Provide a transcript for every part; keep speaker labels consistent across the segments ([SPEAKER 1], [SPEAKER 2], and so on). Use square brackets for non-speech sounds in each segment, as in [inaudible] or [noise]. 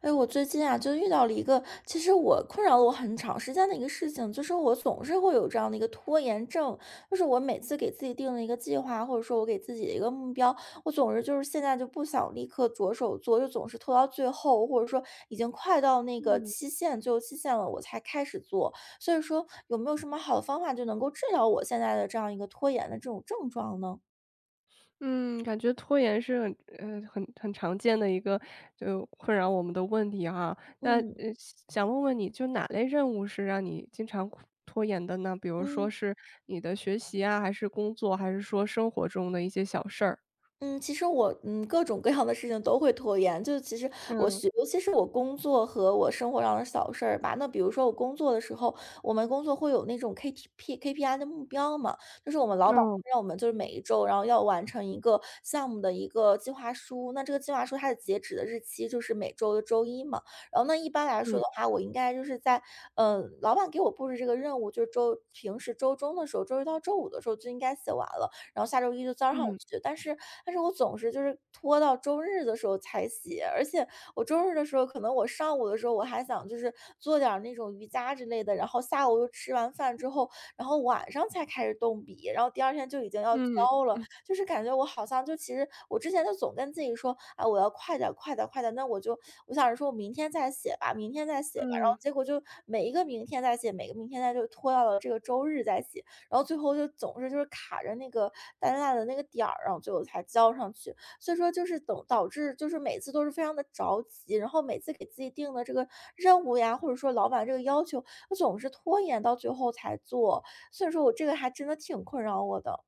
[SPEAKER 1] 哎，我最近啊，就遇到了一个，其实我困扰了我很长时间的一个事情，就是我总是会有这样的一个拖延症，就是我每次给自己定了一个计划，或者说我给自己的一个目标，我总是就是现在就不想立刻着手做，就总是拖到最后，或者说已经快到那个
[SPEAKER 2] 嗯，
[SPEAKER 1] 期限，最后期限了，我才开始做。所以说，有没有什么好的方法就能够治疗我现在的这样一个拖延的这种症状呢？
[SPEAKER 2] 嗯，感觉拖延是很很常见的一个就困扰我们的问题哈。那
[SPEAKER 1] 嗯
[SPEAKER 2] 想问问你就哪类任务是让你经常拖延的呢？比如说
[SPEAKER 1] 嗯。
[SPEAKER 2] 是你的学习啊，还是工作，还是说生活中的一些小事儿？
[SPEAKER 1] 嗯，其实我各种各样的事情都会拖延，就其实
[SPEAKER 2] 嗯。
[SPEAKER 1] 尤其是我工作和我生活上的小事儿吧。那比如说我工作的时候，我们工作会有那种 KPI 的目标嘛，就是我们老板
[SPEAKER 2] 哦。
[SPEAKER 1] 让我们就是每一周，然后要完成一个项目的一个计划书。那这个计划书它的截止的日期就是每周的周一嘛。然后那一般来说
[SPEAKER 2] 嗯
[SPEAKER 1] 的话，我应该就是在老板给我布置这个任务，就是周平时周中的时候，周一到周五的时候就应该写完了。然后下周一就早上
[SPEAKER 2] 嗯
[SPEAKER 1] 去。但是我总是就是拖到周日的时候才写，而且我周日的时候，可能我上午的时候我还想就是做点儿那种瑜伽之类的，然后下午又吃完饭之后，然后晚上才开始动笔，然后第二天就已经要
[SPEAKER 2] 嗯
[SPEAKER 1] 交了，就是感觉我好像就其实我之前就总跟自己说啊，我要快点儿快点儿快点儿那我想着说我明天再写吧，明天再写吧，然后
[SPEAKER 2] 嗯
[SPEAKER 1] 结果就每一个明天再写，每个明天再就拖到了这个周日再写。然后最后就总是就是卡着那个单蜡的那个点儿，然后最后才交上去。所以说就是导致就是每次都是非常的着急，然后每次给自己定的这个任务呀，或者说老板这个要求，我总是拖延到最后才做。所以说我这个还真的挺困扰我的。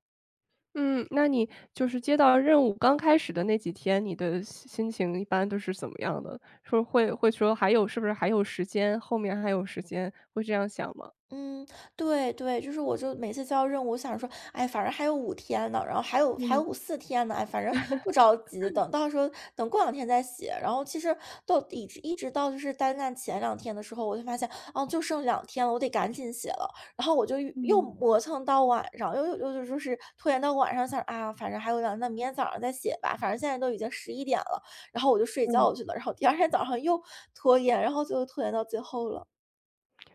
[SPEAKER 2] 嗯。那你就是接到任务刚开始的那几天，你的心情一般都是怎么样的？说会说还有是不是还有时间，后面还有时间，会这样想吗？
[SPEAKER 1] 嗯，对对，就是我就每次交任务，我想说，哎，反正还有5天呢，然后还有还
[SPEAKER 2] 嗯
[SPEAKER 1] 有4天呢，哎，反正不着急，等到时候等过两天再写。然后其实都一直一直到就是单干前两天的时候，我就发现，哦，就剩两天了，我得赶紧写了。然后我就又
[SPEAKER 2] 嗯
[SPEAKER 1] 磨蹭到晚上，又就是拖延到晚上想，啊，反正还有两天，那明天早上再写吧，反正现在都已经11点了。然后我就睡
[SPEAKER 2] 嗯。
[SPEAKER 1] 觉去了，然后第二天早上又拖延，然后就拖延到最后了。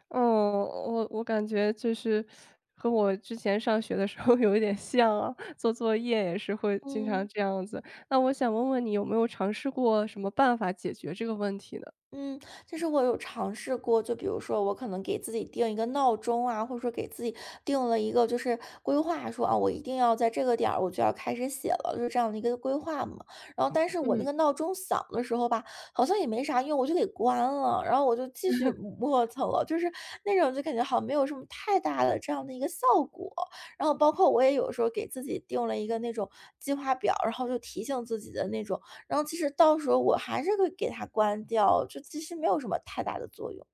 [SPEAKER 2] 哦，我感觉就是和我之前上学的时候 [laughs] 有一点像啊，做作业也是会经常
[SPEAKER 1] 嗯
[SPEAKER 2] 这样子。那我想问问你有没有尝试过什么办法解决这个问题呢？
[SPEAKER 1] 嗯，就是我有尝试过，就比如说我可能给自己定一个闹钟啊，或者说给自己定了一个就是规划，说啊，我一定要在这个点儿我就要开始写了，就是这样的一个规划嘛。然后，但是我那
[SPEAKER 2] 嗯。
[SPEAKER 1] 个闹钟响的时候吧，好像也没啥用，我就给关了，然后我就继续磨蹭了，就是那种就感觉好像没有什么太大的这样的一个效果。然后，包括我也有时候给自己定了一个那种计划表，然后就提醒自己的那种。然后其实到时候我还是会给它关掉，就其实没有什么太大的作用。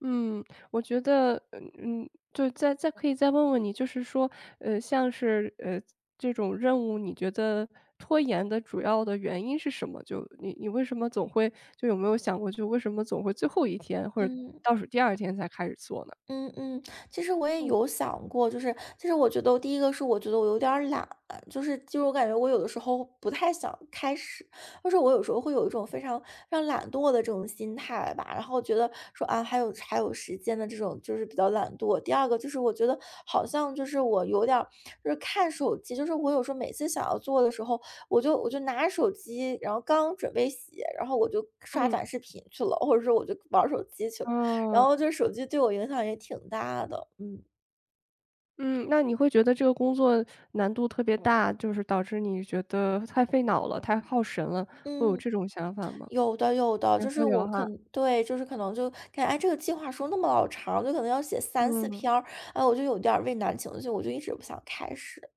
[SPEAKER 2] 嗯，我觉得，就再可以再问问你，就是说，像是这种任务，你觉得拖延的主要的原因是什么？就你为什么总会就有没有想过，就为什么总会最后一天或者
[SPEAKER 1] 嗯。
[SPEAKER 2] 倒数第二天才开始做呢？
[SPEAKER 1] 嗯嗯，其实我也
[SPEAKER 2] 嗯
[SPEAKER 1] 有想过，就是其实我觉得第一个是我觉得我有点儿懒，就是我感觉我有的时候不太想开始，就是我有时候会有一种非常非常懒惰的这种心态吧，然后觉得说啊还有时间的这种就是比较懒惰。第二个就是我觉得好像就是我有点儿就是看手机，就是我有时候每次想要做的时候，我就拿手机，然后刚准备写，然后我就刷
[SPEAKER 2] 嗯。
[SPEAKER 1] 短视频去了，或者说我就玩手机去了。然
[SPEAKER 2] 哦。
[SPEAKER 1] 后这手机对我影响也挺大的，嗯。
[SPEAKER 2] 嗯。那你会觉得这个工作难度特别大，就是导致你觉得太费脑了，太耗神了，会有
[SPEAKER 1] 嗯，
[SPEAKER 2] 这种想法吗？
[SPEAKER 1] 有的有的，
[SPEAKER 2] 也
[SPEAKER 1] 就是
[SPEAKER 2] 会有
[SPEAKER 1] 我
[SPEAKER 2] 哈。
[SPEAKER 1] 对，就是可能就感觉，哎，这个计划书那么老长，就可能要写三四
[SPEAKER 2] 嗯。
[SPEAKER 1] 篇儿，哎，我就有点儿畏难情绪，我就一直不想开始。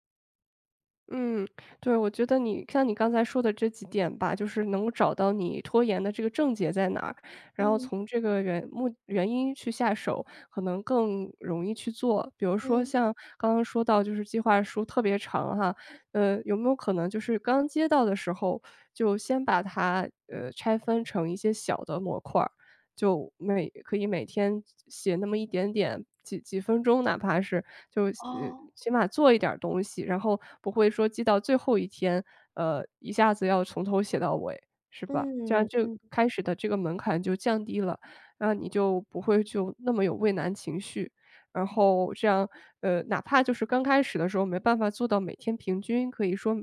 [SPEAKER 2] 嗯，对，我觉得你像你刚才说的这几点吧，就是能够找到你拖延的这个症结在哪儿，然后
[SPEAKER 1] 嗯，
[SPEAKER 2] 从这个原因去下手，可能更容易去做。比如说
[SPEAKER 1] 嗯，
[SPEAKER 2] 像刚刚说到，就是计划书特别长哈，有没有可能就是刚接到的时候，就先把它拆分成一些小的模块儿？就可以每天写那么一点点，几分钟，哪怕是就
[SPEAKER 1] 哦，
[SPEAKER 2] 起码做一点儿东西，然后不会说记到最后一天，一下子要从头写到尾，是吧？这样
[SPEAKER 1] 嗯，
[SPEAKER 2] 就
[SPEAKER 1] 嗯。
[SPEAKER 2] 开始的这个门槛就降低了，然后你就不会就那么有畏难情绪。然后这样，哪怕就是刚开始的时候没办法做到每天平均，可以说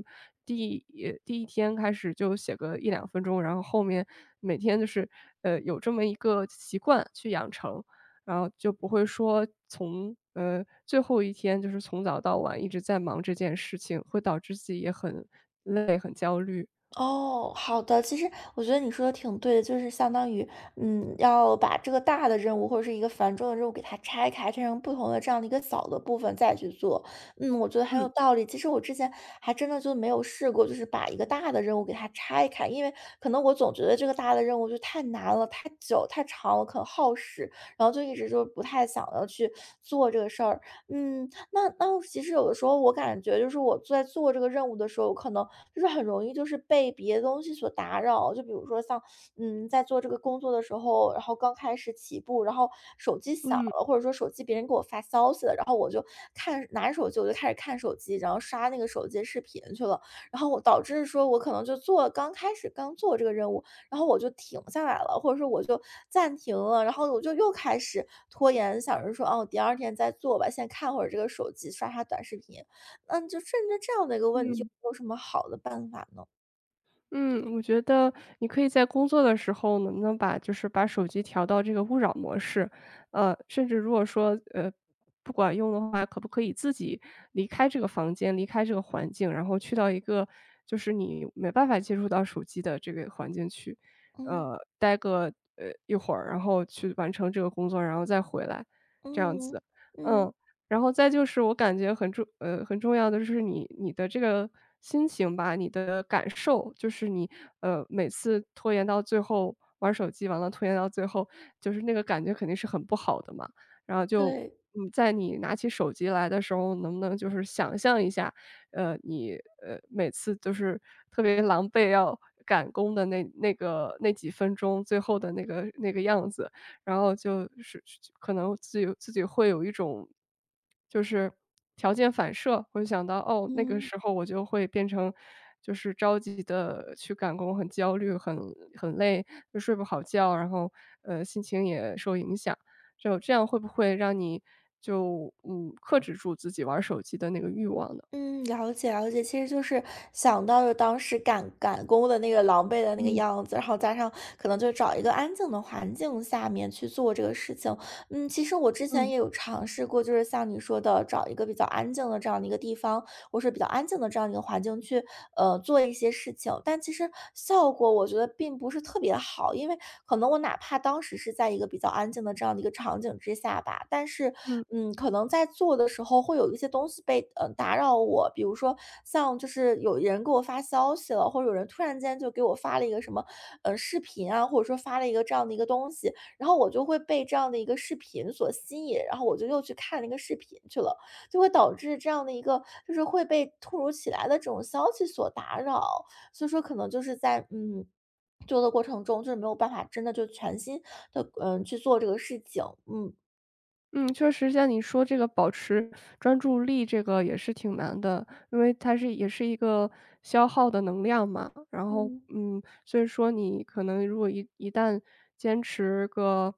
[SPEAKER 2] 第一第一天开始就写个一两分钟，然后后面每天就是，有这么一个习惯去养成，然后就不会说从最后一天就是从早到晚一直在忙这件事情，会导致自己也很累、很焦虑。
[SPEAKER 1] 哦，好的。其实我觉得你说的挺对的，就是相当于，要把这个大的任务或者是一个繁重的任务给它拆开，拆成不同的这样的一个小的部分再去做。嗯，我觉得很
[SPEAKER 2] 嗯。
[SPEAKER 1] 有道理。其实我之前还真的就没有试过，就是把一个大的任务给它拆开，因为可能我总觉得这个大的任务就太难了、太久、太长了，很耗时，然后就一直就不太想要去做这个事儿。嗯，那其实有的时候我感觉就是我在做这个任务的时候，可能，就是很容易就是被别的东西所打扰。就比如说像，在做这个工作的时候，然后刚开始起步，然后手机响
[SPEAKER 2] 嗯。
[SPEAKER 1] 了，或者说手机别人给我发消息了，然后我就拿着手机我就开始看手机，然后刷那个手机视频去了，然后我导致说我可能就做刚开始刚做这个任务，然后我就停下来了，或者说我就暂停了，然后我就又开始拖延，想着说哦，第二天再做吧，先看会儿这个手机，刷刷短视频。嗯，就顺着这样的一个问题，有
[SPEAKER 2] 嗯。
[SPEAKER 1] 没有什么好的办法呢？
[SPEAKER 2] 嗯，我觉得你可以在工作的时候，能不能把就是把手机调到这个勿扰模式，甚至如果说不管用的话，可不可以自己离开这个房间，离开这个环境，然后去到一个就是你没办法接触到手机的这个环境去，
[SPEAKER 1] 嗯
[SPEAKER 2] 待个一会儿，然后去完成这个工作，然后再回来，这样
[SPEAKER 1] 嗯
[SPEAKER 2] 子。
[SPEAKER 1] 嗯，
[SPEAKER 2] 嗯。然后再就是我感觉很重要的就是你的这个心情吧，你的感受，就是你，每次拖延到最后玩手机，完了拖延到最后，就是那个感觉肯定是很不好的嘛。然后就，
[SPEAKER 1] 对，
[SPEAKER 2] 嗯，在你拿起手机来的时候，能不能就是想象一下，你，每次都是特别狼狈要赶工的那个那几分钟，最后的那个样子。然后就是可能自己会有一种，就是条件反射，会想到，哦，那个
[SPEAKER 1] 嗯
[SPEAKER 2] 时候我就会变成就是着急的去赶工，很焦虑，很累，就睡不好觉，然后，心情也受影响。就这样会不会让你就，嗯，克制住自己玩手机的那个欲望呢？
[SPEAKER 1] 嗯，了解了解。其实就是想到了当时赶赶工的那个狼狈的那个
[SPEAKER 2] 嗯
[SPEAKER 1] 样子，然后加上可能就找一个安静的环境下面去做这个事情。嗯，其实我之前也
[SPEAKER 2] 嗯
[SPEAKER 1] 有尝试过，就是像你说的，找一个比较安静的这样的一个地方，或是比较安静的这样一个环境去做一些事情，但其实效果我觉得并不是特别好，因为可能我哪怕当时是在一个比较安静的这样的一个场景之下吧，但是
[SPEAKER 2] 嗯。
[SPEAKER 1] 可能在做的时候会有一些东西被打扰我，比如说像就是有人给我发消息了，或者有人突然间就给我发了一个什么视频啊，或者说发了一个这样的一个东西，然后我就会被这样的一个视频所吸引，然后我就又去看那个视频去了。就会导致这样的一个，就是会被突如其来的这种消息所打扰。所以说可能就是在做的过程中，就是没有办法真的就全心的去做这个事情，嗯
[SPEAKER 2] 嗯，确实像你说这个保持专注力这个也是挺难的，因为它是也是一个消耗的能量嘛。然后，
[SPEAKER 1] 嗯
[SPEAKER 2] 嗯，所以说你可能如果一旦坚持个，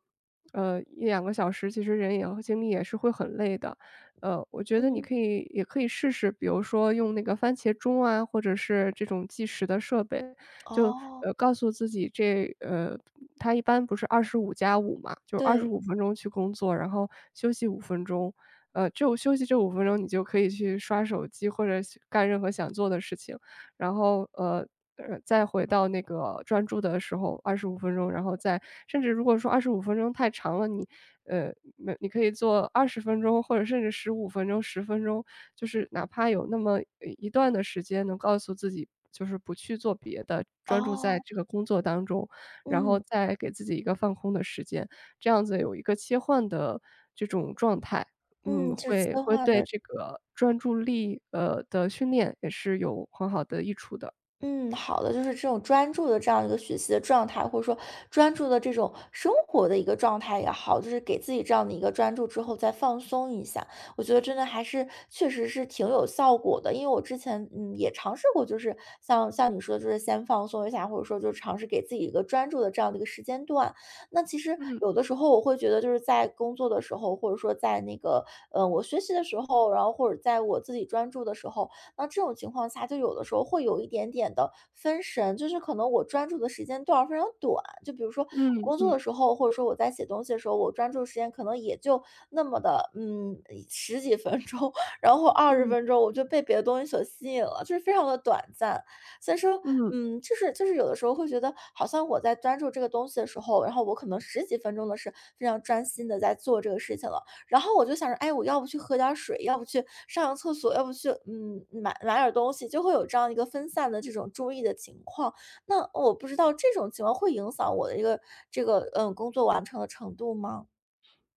[SPEAKER 2] 一两个小时，其实人也精力也是会很累的。我觉得你
[SPEAKER 1] 嗯，
[SPEAKER 2] 可以也可以试试，比如说用那个番茄钟啊，或者是这种计时的设备，就
[SPEAKER 1] 哦，
[SPEAKER 2] 告诉自己它一般不是25+5嘛，就二十
[SPEAKER 1] 对，
[SPEAKER 2] 五分钟去工作，然后休息五分钟。这休息这五分钟，你就可以去刷手机或者去干任何想做的事情，然后再回到那个专注的时候二十五分钟，然后再甚至如果说二十五分钟太长了，你呃，没，你可以做20分钟或者甚至十五分钟、十分钟，就是哪怕有那么一段的时间能告诉自己，就是不去做别的，专注在
[SPEAKER 1] 哦，
[SPEAKER 2] 这个工作当中，然后
[SPEAKER 1] 嗯
[SPEAKER 2] 再给自己一个放空的时间，这样子有一个切换的这种状态，嗯，
[SPEAKER 1] 嗯，就是切
[SPEAKER 2] 会
[SPEAKER 1] 换
[SPEAKER 2] 对
[SPEAKER 1] 的
[SPEAKER 2] 这个专注力，的训练也是有很好的益处的。
[SPEAKER 1] 嗯，好的，就是这种专注的这样一个学习的状态，或者说专注的这种生活的一个状态也好，就是给自己这样的一个专注之后再放松一下，我觉得真的还是确实是挺有效果的。因为我之前也尝试过，就是像你说的，就是先放松一下，或者说就尝试给自己一个专注的这样的一个时间段。那其实
[SPEAKER 2] 嗯
[SPEAKER 1] 有的时候我会觉得，就是在工作的时候，或者说在那个我学习的时候，然后或者在我自己专注的时候，那这种情况下，就有的时候会有一点点的分神，就是可能我专注的时间段儿非常短，就比如说我
[SPEAKER 2] 嗯
[SPEAKER 1] 工作
[SPEAKER 2] 嗯
[SPEAKER 1] 的时候，或者说我在写东西的时候，我专注时间可能也就那么的，十几分钟，然后二十分
[SPEAKER 2] 嗯
[SPEAKER 1] 钟我就被别的东西所吸引了，就是非常的短暂。所以说，
[SPEAKER 2] 嗯。
[SPEAKER 1] 嗯。就是有的时候会觉得，好像我在专注这个东西的时候，然后我可能十几分钟的是非常专心的在做这个事情了，然后我就想着，哎，我要不去喝点儿水，要不去上个厕所，要不去，买买点儿东西，就会有这样一个分散的这种注意的情况。那我不知道这种情况会影响我的一个这个，工作完成的程度吗？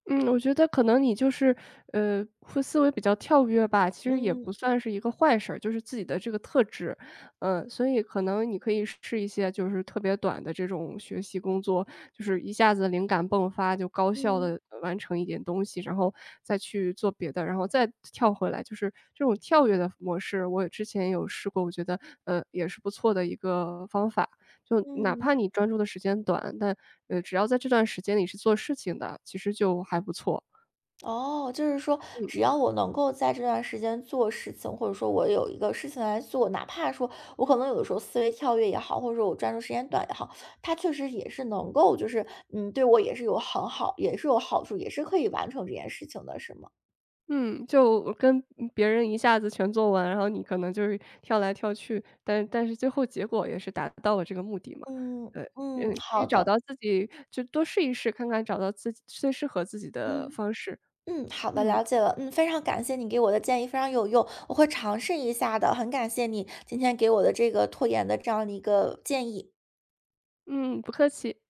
[SPEAKER 2] 嗯，我觉得可能你就是，会思维比较跳跃吧，其实也不
[SPEAKER 1] 嗯
[SPEAKER 2] 算是一个坏事儿，就是自己的这个特质。所以可能你可以试一些就是特别短的这种学习工作，就是一下子灵感迸发，就高效
[SPEAKER 1] 嗯
[SPEAKER 2] 的完成一点东西，然后再去做别的，然后再跳回来，就是这种跳跃的模式，我之前有试过，我觉得，也是不错的一个方法。就哪怕
[SPEAKER 1] 嗯。
[SPEAKER 2] 你专注的时间短，但，只要在这段时间里是做事情的，其实就还不错。
[SPEAKER 1] 哦，就是说，
[SPEAKER 2] 嗯，
[SPEAKER 1] 只要我能够在这段时间做事情，或者说我有一个事情来做，哪怕说我可能有的时候思维跳跃也好，或者说我专注时间短也好，它确实也是能够，就是对我也是有很好，也是有好处，也是可以完成这件事情的，是吗？
[SPEAKER 2] 嗯，就跟别人一下子全做完，然后你可能就是跳来跳去，但是最后结果也是达到了这个目的嘛。
[SPEAKER 1] 嗯
[SPEAKER 2] 对，
[SPEAKER 1] 嗯，
[SPEAKER 2] 嗯，可以
[SPEAKER 1] 好
[SPEAKER 2] 找
[SPEAKER 1] 的，
[SPEAKER 2] 到自己就多试一试，看看找到自己最适合自己的
[SPEAKER 1] 嗯
[SPEAKER 2] 方式。
[SPEAKER 1] 嗯，好的，
[SPEAKER 2] 嗯，
[SPEAKER 1] 了解了，嗯，非常感谢你给我的建议，非常有用，我会尝试一下的，很感谢你今天给我的这个拖延的这样的一个建议。
[SPEAKER 2] 嗯，不客气。